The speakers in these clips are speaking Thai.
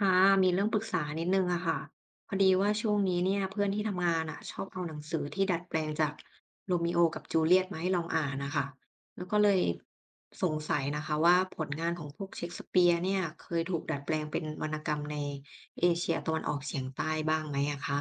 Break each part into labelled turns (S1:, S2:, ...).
S1: ค่ะมีเรื่องปรึกษานิดนึงอะค่ะพอดีว่าช่วงนี้เนี่ยเพื่อนที่ทำงานอะชอบเอาหนังสือที่ดัดแปลงจากโรมิโอกับจูเลียตมาให้ลองอ่านนะคะแล้วก็เลยสงสัยนะคะว่าผลงานของพวกเชกสเปียร์เนี่ยเคยถูกดัดแปลงเป็นวรรณกรรมในเอเชียตะวันออกเฉียงใต้บ้างไหมอะคะ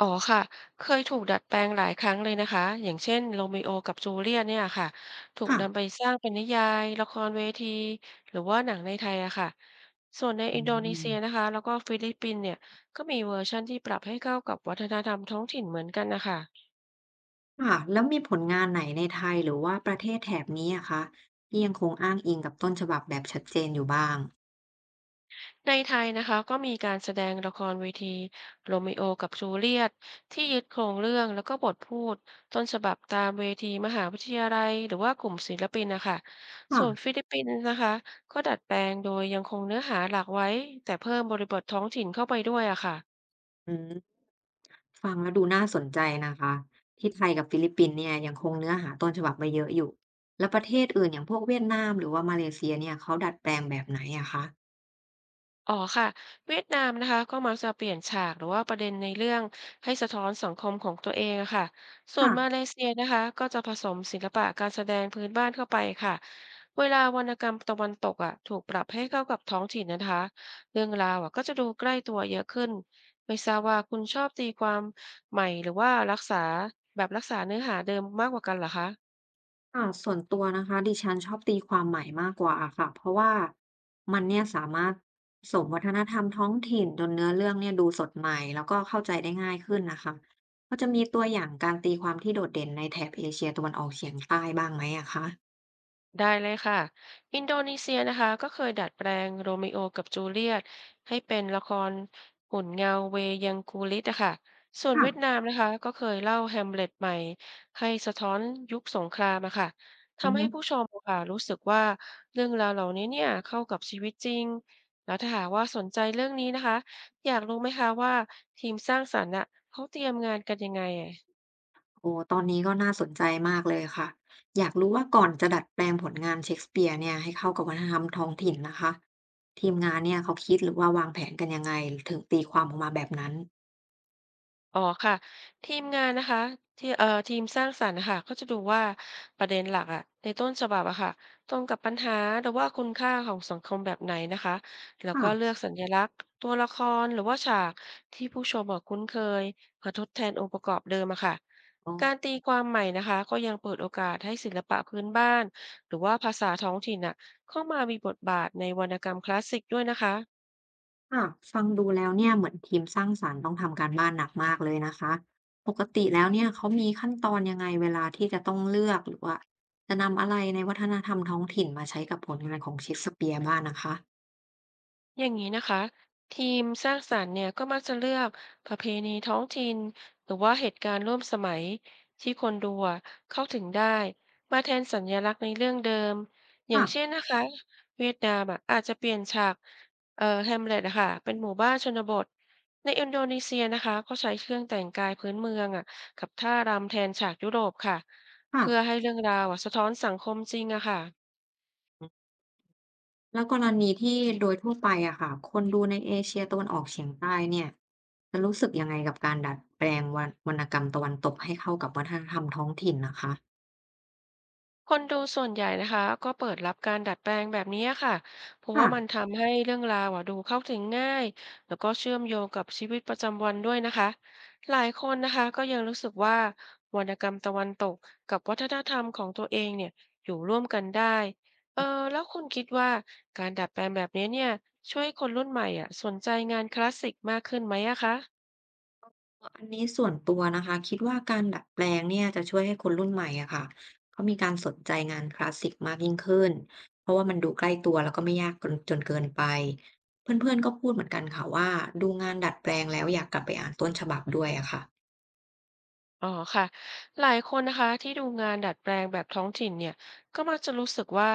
S2: อ๋อค่ะเคยถูกดัดแปลงหลายครั้งเลยนะคะอย่างเช่นโรมิโอกับจูเลียตเนี่ยค่ะถูก
S1: ค่ะ
S2: นำไปสร้างเป็นนิยายละครเวทีหรือว่าหนังในไทยอะค่ะส่วนใน
S1: อื
S2: อินโดนี
S1: ม
S2: เซียนะคะแล้วก็ฟิลิปปินส์เนี่ยก็มีเวอร์ชันที่ปรับให้เข้ากับวัฒนธรรมท้องถิ่นเหมือนกันนะคะ
S1: ค่ะแล้วมีผลงานไหนในไทยหรือว่าประเทศแถบนี้อะคะที่ยังคงอ้างอิงกับต้นฉบับแบบชัดเจนอยู่บ้าง
S2: ในไทยนะคะก็มีการแสดงละครเวทีโรมิโอกับจูเลียตที่ยึดโครงเรื่องแล้วก็บทพูดต้นฉบับตามเวทีมหาวิทยาลัยหรือว่ากลุ่มศิลปินนะคะส่วน
S1: ค่ะ
S2: ฟิลิปปินส์นะคะก็ดัดแปลงโดยยังคงเนื้อหาหลักไว้แต่เพิ่มบริบทท้องถิ่นเข้าไปด้วยอะค่ะ
S1: อืม ฟังแล้วดูน่าสนใจนะคะที่ไทยกับฟิลิปปินส์เนี่ยยังคงเนื้อหาต้นฉบับไว้เยอะอยู่แล้วประเทศอื่นอย่างพวกเวียดนามหรือว่ามาเลเซียเนี่ยเขาดัดแปลงแบบไหนอะคะ
S2: อ๋อค่ะเวียดนามนะคะก็มักจะเปลี่ยนฉากหรือว่าประเด็นในเรื่องให้สะท้อนสังคมของตัวเองอะค่ะส่วน
S1: ค่ะ
S2: มาเลเซียนะคะก็จะผสมศิลปะการแสดงพื้นบ้านเข้าไปค่ะเวลาวรรณกรรมตะวันตกอ่ะถูกปรับให้เข้ากับท้องถิ่นนะคะเรื่องราวอ่ะก็จะดูใกล้ตัวเยอะขึ้นไม่ทราบว่าคุณชอบตีความใหม่หรือว่ารักษาแบบรักษาเนื้อหาเดิมมากกว่ากันเหรอคะ
S1: ส่วนตัวนะคะดิฉันชอบตีความใหม่มากกว่าค่ะเพราะว่ามันเนี่ยสามารถผสมวัฒนธรรมท้องถิ่นจนเนื้อเรื่องเนี่ยดูสดใหม่แล้วก็เข้าใจได้ง่ายขึ้นนะคะก็จะมีตัวอย่างการตีความที่โดดเด่นในแถบเอเชียตะวันออกเฉียงใต้บ้างไหมอะคะ
S2: ได้เลยค่ะ อินโดนีเซียนะคะก็เคยดัดแปลงโรมิโอกับจูเลียตให้เป็นละครหุ่นเงาเวยังกูลิตอะค่ะส่วนเวียดนา
S1: ค่ะ
S2: มนะคะก็เคยเล่าแฮมเล็ตใหม่ให้สะท้อนยุคสงครามอะค่ะ
S1: อือ
S2: ทำให้
S1: ฮึ
S2: ผู้ชมอะค่ะรู้สึกว่าเรื่องราวเหล่านี้เนี่ยเข้ากับชีวิตจริง แล้วถ้าหากว่าสนใจเรื่องนี้นะคะอยากรู้ไหมคะว่าทีมสร้างสรรค์อะเขาเตรียมงานกันยังไงอะ
S1: โอ้ตอนนี้ก็น่าสนใจมากเลยค่ะ อยากรู้ว่าก่อนจะดัดแปลงผลงานเชกสเปียร์เนี่ยให้เข้ากับวัฒนธรรมท้องถิ่นนะคะทีมงานเนี่ยเขาคิดหรือว่าวางแผนกันยังไงถึงตีความออกมาแบบนั้น
S2: อ๋อค่ะทีมงานนะคะที่ทีมสร้างสรรค์นะคะก็จะดูว่าประเด็นหลักอะในต้นฉบับอะค่ะตรงกับปัญหาหรือว่าคุณค่าของสังคมแบบไหนนะคะแล้วก็เลื
S1: ค่ะ
S2: อกสัญลักษณ์ตัวละครหรือว่าฉากที่ผู้ชมอะคุ้นเคยเพื่อทดแทนองค์ประกอบเดิมอะค่ะ
S1: อ๋อ
S2: การตีความใหม่นะคะก็ยังเปิดโอกาสให้ศิลปะพื้นบ้านหรือว่าภาษาท้องถิ่นอะเข้ามามีบทบาทในวรรณกรรมคลาสสิกด้วยนะคะ
S1: ค่ะฟังดูแล้วเนี่ยเหมือนทีมสร้างสรรค์ต้องทำการบ้านหนักมากเลยนะคะปกติแล้วเนี่ยเขามีขั้นตอนยังไงเวลาที่จะต้องเลือกหรือว่าจะนำอะไรในวัฒนธรรมท้องถิ่นมาใช้กับผลงานของเชกสเปียร์บ้างนะคะ
S2: อย่างนี้นะคะทีมสร้างสรรค์เนี่ยก็มักจะเลือกประเพณีท้องถิ่นหรือว่าเหตุการณ์ร่วมสมัยที่คนดูอะเข้าถึงได้มาแทนสัญลักษณ์ในเรื่องเดิมอย่า
S1: ค่ะ
S2: งเช่นนะคะเวียดนามอะอาจจะเปลี่ยนฉากแฮมเล็ตอะค่ะเป็นหมู่บ้านชนบทในอินโดนีเซียนะคะก็ใช้เครื่องแต่งกายพื้นเมืองอะกับท่ารำแทนฉากยุโรปค่ะ
S1: ค่ะ
S2: เพื่อให้เรื่องราวอะสะท้อนสังคมจริงอะค่ะ
S1: แล้วกรณีที่โดยทั่วไปอะค่ะคนดูในเอเชียตะวันออกเฉียงใต้เนี่ยจะรู้สึกยังไงกับการดัดแปลงวรรณวรรณกรรมตะวันตกให้เข้ากับวัฒนธรรมท้องถิ่นนะคะ
S2: คนดูส่วนใหญ่นะคะก็เปิดรับการดัดแปลงแบบนี้ค่ะเพราะว่า
S1: ค่ะ
S2: มันทำให้เรื่องราวอ่ะดูเข้าถึงง่ายแล้วก็เชื่อมโยงกับชีวิตประจำวันด้วยนะคะหลายคนนะคะก็ยังรู้สึกว่าวรรณกรรมตะวันตกกับวัฒนธรรมของตัวเองเนี่ยอยู่ร่วมกันได้เออแล้วคุณคิดว่าการดัดแปลงแบบนี้เนี่ยช่วยคนรุ่นใหม่อ่ะสนใจงานคลาสสิกมากขึ้นไหมอะคะ
S1: อันนี้ส่วนตัวนะคะคิดว่าการดัดแปลงเนี่ยจะช่วยให้คนรุ่นใหม่อะค่ะเขามีการสนใจงานคลาสสิกมากยิ่งขึ้นเพราะว่ามันดูใกล้ตัวแล้วก็ไม่ยากจนเกินไปเพื่อนๆก็พูดเหมือนกันค่ะว่าดูงานดัดแปลงแล้วอยากกลับไปอ่านต้นฉบับด้วยอะค่ะ
S2: อ๋อค่ะหลายคนนะคะที่ดูงานดัดแปลงแบบท้องถิ่นเนี่ยก็มักจะรู้สึกว่า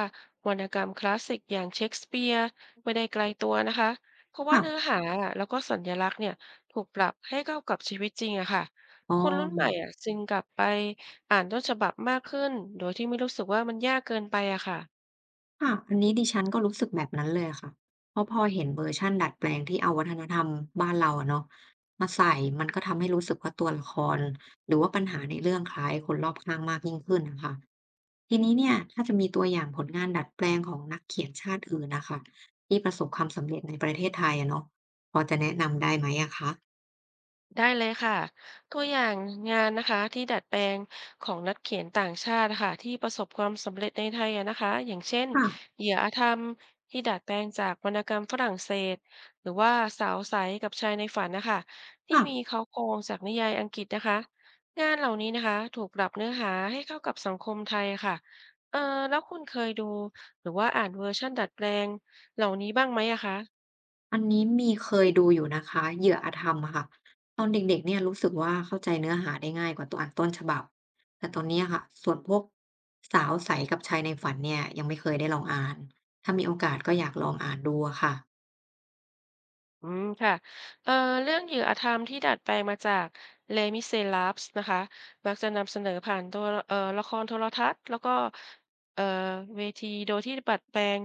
S2: วรรณกรรมคลาสสิกอย่างเชคสเปียร์ไม่ได้ไกลตัวนะคะเพราะว่าเนื้อ
S1: ค่ะ
S2: หาอะแล้วก็สัญลักษณ์เนี่ยถูกปรับให้เข้ากับชีวิตจริงอะค่ะ
S1: อ๋
S2: คนรุ่นใหม่
S1: อ
S2: อะจึงกลับไปอ่านต้นฉบับมากขึ้นโดยที่ไม่รู้สึกว่ามันยากเกินไปอะค่ะ
S1: ค่ะอันนี้ดิฉันก็รู้สึกแบบนั้นเลยค่ะเพราะพอเห็นเวอร์ชันดัดแปลงที่เอาวัฒนธรรมบ้านเราอะเนาะมาใส่ มันก็ทำให้รู้สึกว่าตัวละครหรือว่าปัญหาในเรื่องคล้ายคนรอบข้างมากยิ่งขึ้นนะคะทีนี้เนี่ยถ้าจะมีตัวอย่างผลงานดัดแปลงของนักเขียนชาติอื่นนะคะที่ประสบความสำเร็จในประเทศไทยอะเนาะพอจะแนะนำได้ไหมอะคะ
S2: ได้เลยค่ะตัวอย่างงานนะคะที่ดัดแปลงของนักเขียนต่างชาตินะคะที่ประสบความสำเร็จในไทยอะนะคะอย่างเช่น
S1: ค่ะ
S2: เหยื่ออาธรรมที่ดัดแปลงจากวรรณกรรมฝรั่งเศสหรือว่าสาวใสกับชายในฝันนะคะที่
S1: ค่ะ
S2: มีเขาโครงจากนิยายอังกฤษนะคะงานเหล่านี้นะคะถูกปรับเนื้อหาให้เข้ากับสังคมไทยค่ะเออแล้วคุณเคยดูหรือว่าอ่านเวอร์ชั่นดัดแปลงเหล่านี้บ้างไหมอะคะ
S1: อันนี้มีเคยดูอยู่นะคะ เหยื่ออาธรรมอะค่ะ ตอนเด็กๆเนี่ยรู้สึกว่าเข้าใจเนื้อหาได้ง่ายกว่าตัวอ่านต้นฉบับแต่ตอนเนี้ยค่ะส่วนพวกสาวใสกับชายในฝันเนี่ยยังไม่เคยได้ลองอ่านถ้ามีโอกาสก็อยากลองอ่านดูอะค่ะ
S2: อืมค่ะเอ่อเรื่องเหยื่ออาธรรมที่ดัดแปลงมาจาก Les m i s ลา a b l s นะคะมักจะนำเสนอผ่านตัวละครโทรทัศน์แล้วก็เอ่อเวทีโดยที่ดัดแปลง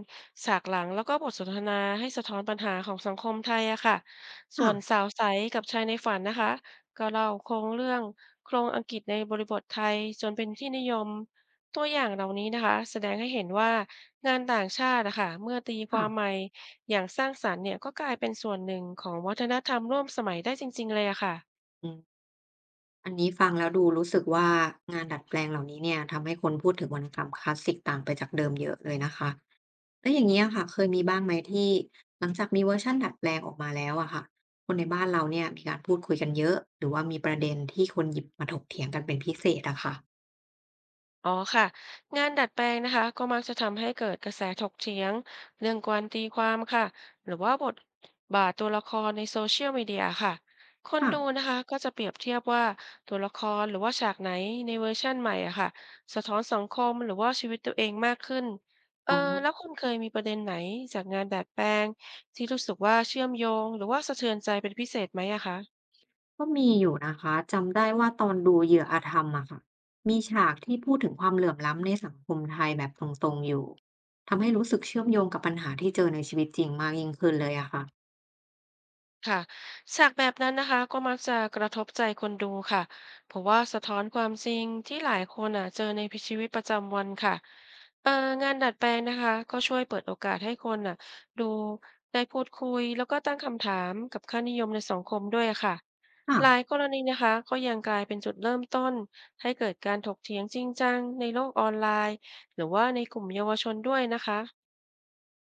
S2: ฉากหลังแล้วก็บทสนทนาให้สะท้อนปัญหาของสังคมไทยอะค่ะส่
S1: ค่ะ
S2: วนสาวใสกับชายในฝันนะคะก็เล่าโครงเรื่องโครงอังกฤษในบริบทไทยจนเป็นที่นิยมตัวอย่างเหล่านี้นะคะแสดงให้เห็นว่างานต่างชาติอะค่ะเมื่อตีความให
S1: ค่ะ
S2: ม่ อย่างสร้างสรรค์เนี่ยก็กลายเป็นส่วนหนึ่งของวัฒนธรรมร่วมสมัยได้จริงๆเลยอะค่ะ
S1: อืมอันนี้ฟังแล้วดูรู้สึกว่างานดัดแปลงเหล่านี้เนี่ยทำให้คนพูดถึงวรรณกรรมคลาสสิกต่างไปจากเดิมเยอะเลยนะคะ แล้วอย่างนี้ยค่ะเคยมีบ้างไหมที่หลังจากมีเวอร์ชันดัดแปลงออกมาแล้วอะค่ะคนในบ้านเราเนี่ยมีการพูดคุยกันเยอะหรือว่ามีประเด็นที่คนหยิบมาถกเถียงกันเป็นพิเศษอะค่ะ
S2: อ๋อค่ะงานดัดแปลงนะคะก็มักจะทำให้เกิดกระแสถกเถียงเรื่องการตีความค่ะหรือว่าบทบาทตัวละครในโซเชียลมีเดียค่ะคน
S1: ค่ะ
S2: ดูนะคะก็จะเปรียบเทียบว่าตัวละครหรือว่าฉากไหนในเวอร์ชั่นใหม่อะค่ะสะท้อนสังคมหรือว่าชีวิตตัวเองมากขึ้นเออ
S1: อ๋
S2: แล้ว
S1: อ
S2: คุณเคยมีประเด็นไหนจากงานดัดแปลงที่รู้สึกว่าเชื่อมโยงหรือว่าสะเทือนใจเป็นพิเศษไหมอะคะ
S1: ก็มีอยู่นะคะจำได้ว่าตอนดูเหยื่ออาธรรมอะค่ะมีฉากที่พูดถึงความเหลื่อมล้ำในสังคมไทยแบบตรงๆอยู่ทำให้รู้สึกเชื่อมโยงกับปัญหาที่เจอในชีวิตจริงมากยิ่งขึ้นเลยอะค่ะ
S2: ค่ะฉากแบบนั้นนะคะก็มักจะกระทบใจคนดูค่ะเพราะว่าสะท้อนความจริงที่หลายคนอ่ะเจอในชีวิตประจำวันค่ะเอ่องานดัดแปลงนะคะก็ช่วยเปิดโอกาสให้คนอ่ะดูได้พูดคุยแล้วก็ตั้งคำถามกับค่านิยมในสังคมด้วยค่ะ
S1: ค่ะ
S2: หลายกรณีนะคะก็ยังกลายเป็นจุดเริ่มต้นให้เกิดการถกเถียงจริงจังในโลกออนไลน์หรือว่าในกลุ่มเยาวชนด้วยนะคะ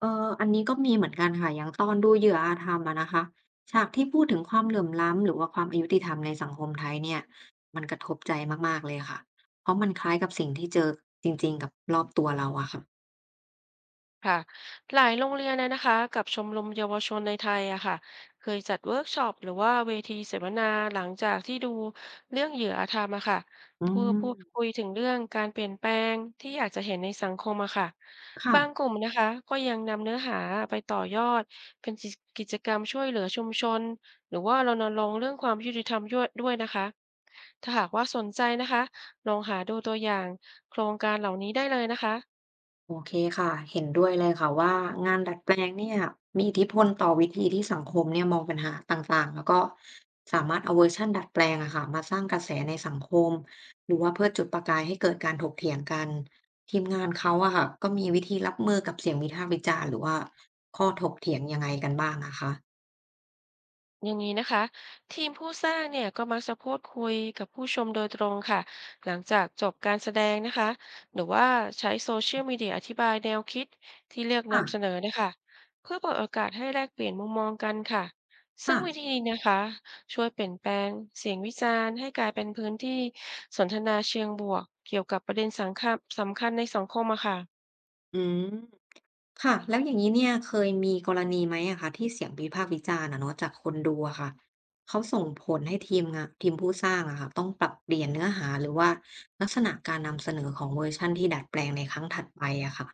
S1: เอออันนี้ก็มีเหมือนกันค่ะอย่างตอนดูเหยื่ออาธรรมอะนะคะฉากที่พูดถึงความเหลื่อมล้ำหรือว่าความอายุติธรรมในสังคมไทยเนี่ยมันกระทบใจมากๆเลยค่ะเพราะมันคล้ายกับสิ่งที่เจอจริงๆกับรอบตัวเราอะค่ะ
S2: ค่ะหลายโรงเรียนเลยนะคะกับชมรมเยาวชนในไทยอะค่ะเคยจัดเวิร์กช็อปหรือว่าเวทีเสวนาหลังจากที่ดูเรื่องเหยื่ออาธรรมอะค่ะ
S1: อื
S2: เพื่อพูด
S1: ม
S2: คุยถึงเรื่องการเปลี่ยนแปลงที่อยากจะเห็นในสังคมอะค่ะ
S1: ค่ะ
S2: บางกลุ่มนะคะก็ยังนำเนื้อหาไปต่อยอดเป็นกิจกรรมช่วยเหลือชุมชนหรือว่ารณรงค์เรื่องความยุติธรรมด้วยนะคะถ้าหากว่าสนใจนะคะลองหาดูตัวอย่างโครงการเหล่านี้ได้เลยนะคะ
S1: โอเคค่ะเห็นด้วยเลยค่ะว่างานดัดแปลงเนี่ยมีอิทธิพลต่อวิธีที่สังคมเนี่ยมองปัญหาต่างๆแล้วก็สามารถเอาเวอร์ชันดัดแปลงอะค่ะมาสร้างกระแสในสังคมหรือว่าเพื่อจุดประกายให้เกิดการถกเถียงกันทีมงานเขาอะค่ะก็มีวิธีรับมือกับเสียงวิพากษ์วิจารณ์หรือว่าข้อถกเถียงยังไงกันบ้างนะคะ
S2: อย่างนี้นะคะทีมผู้สร้างเนี่ยก็มักจะพูดคุยกับผู้ชมโดยตรงค่ะหลังจากจบการแสดงนะคะหรือว่าใช้โซเชียลมีเดียอธิบายแนวคิดที่เลือก
S1: ค่ะ
S2: นำเสนอนะคะเพื่อเปิดโอกาสให้แลกเปลี่ยนมุมมองกันค่ะซึ่ง
S1: ค่ะ
S2: วิธีนี้นะคะช่วยเปลี่ยนแปลงเสียงวิจารณ์ให้กลายเป็นพื้นที่สนทนาเชิงบวกเกี่ยวกับประเด็นสังคมสำคัญในสังคมอะค่ะ
S1: อืม ค่ะแล้วอย่างนี้เนี่ยเคยมีกรณีไหมอะคะที่เสียงวิพากษ์วิจารณ์อะเนาะจากคนดูอะค่ะเขาส่งผลให้ทีมงานทีมผู้สร้างอะค่ะต้องปรับเปลี่ยนเนื้อหาหรือว่าลักษณะการนำเสนอของเวอร์ชันที่ดัดแปลงในครั้งถัดไปอะค่ะ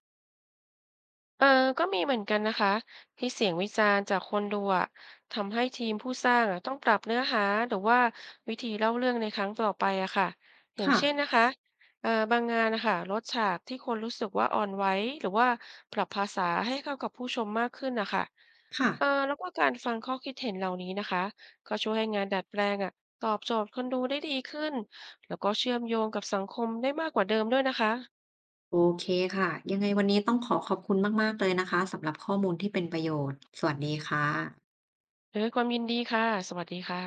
S2: เออก็มีเหมือนกันนะคะที่เสียงวิจารณ์จากคนดูอะทำให้ทีมผู้สร้างอะต้องปรับเนื้อหาหรือว่าวิธีเล่าเรื่องในครั้งต่อไปอะค่ะอย่าง
S1: ค่ะ
S2: เช่นนะคะบางงานนะคะลดฉากที่คนรู้สึกว่าอ่อนไหวหรือว่าปรับภาษาให้เข้ากับผู้ชมมากขึ้นนะคะ
S1: ค่ะ
S2: เออแล้วก็การฟังข้อคิดเห็นเหล่านี้นะคะก็ช่วยให้งานดัดแปลงอะตอบโจทย์คนดูได้ดีขึ้นแล้วก็เชื่อมโยงกับสังคมได้มากกว่าเดิมด้วยนะคะ
S1: โอเคค่ะยังไงวันนี้ต้องขอขอบคุณมากๆเลยนะคะสำหรับข้อมูลที่เป็นประโยชน์สวัสดีค่ะ
S2: ด้วยความยินดีค่ะสวัสดีค่ะ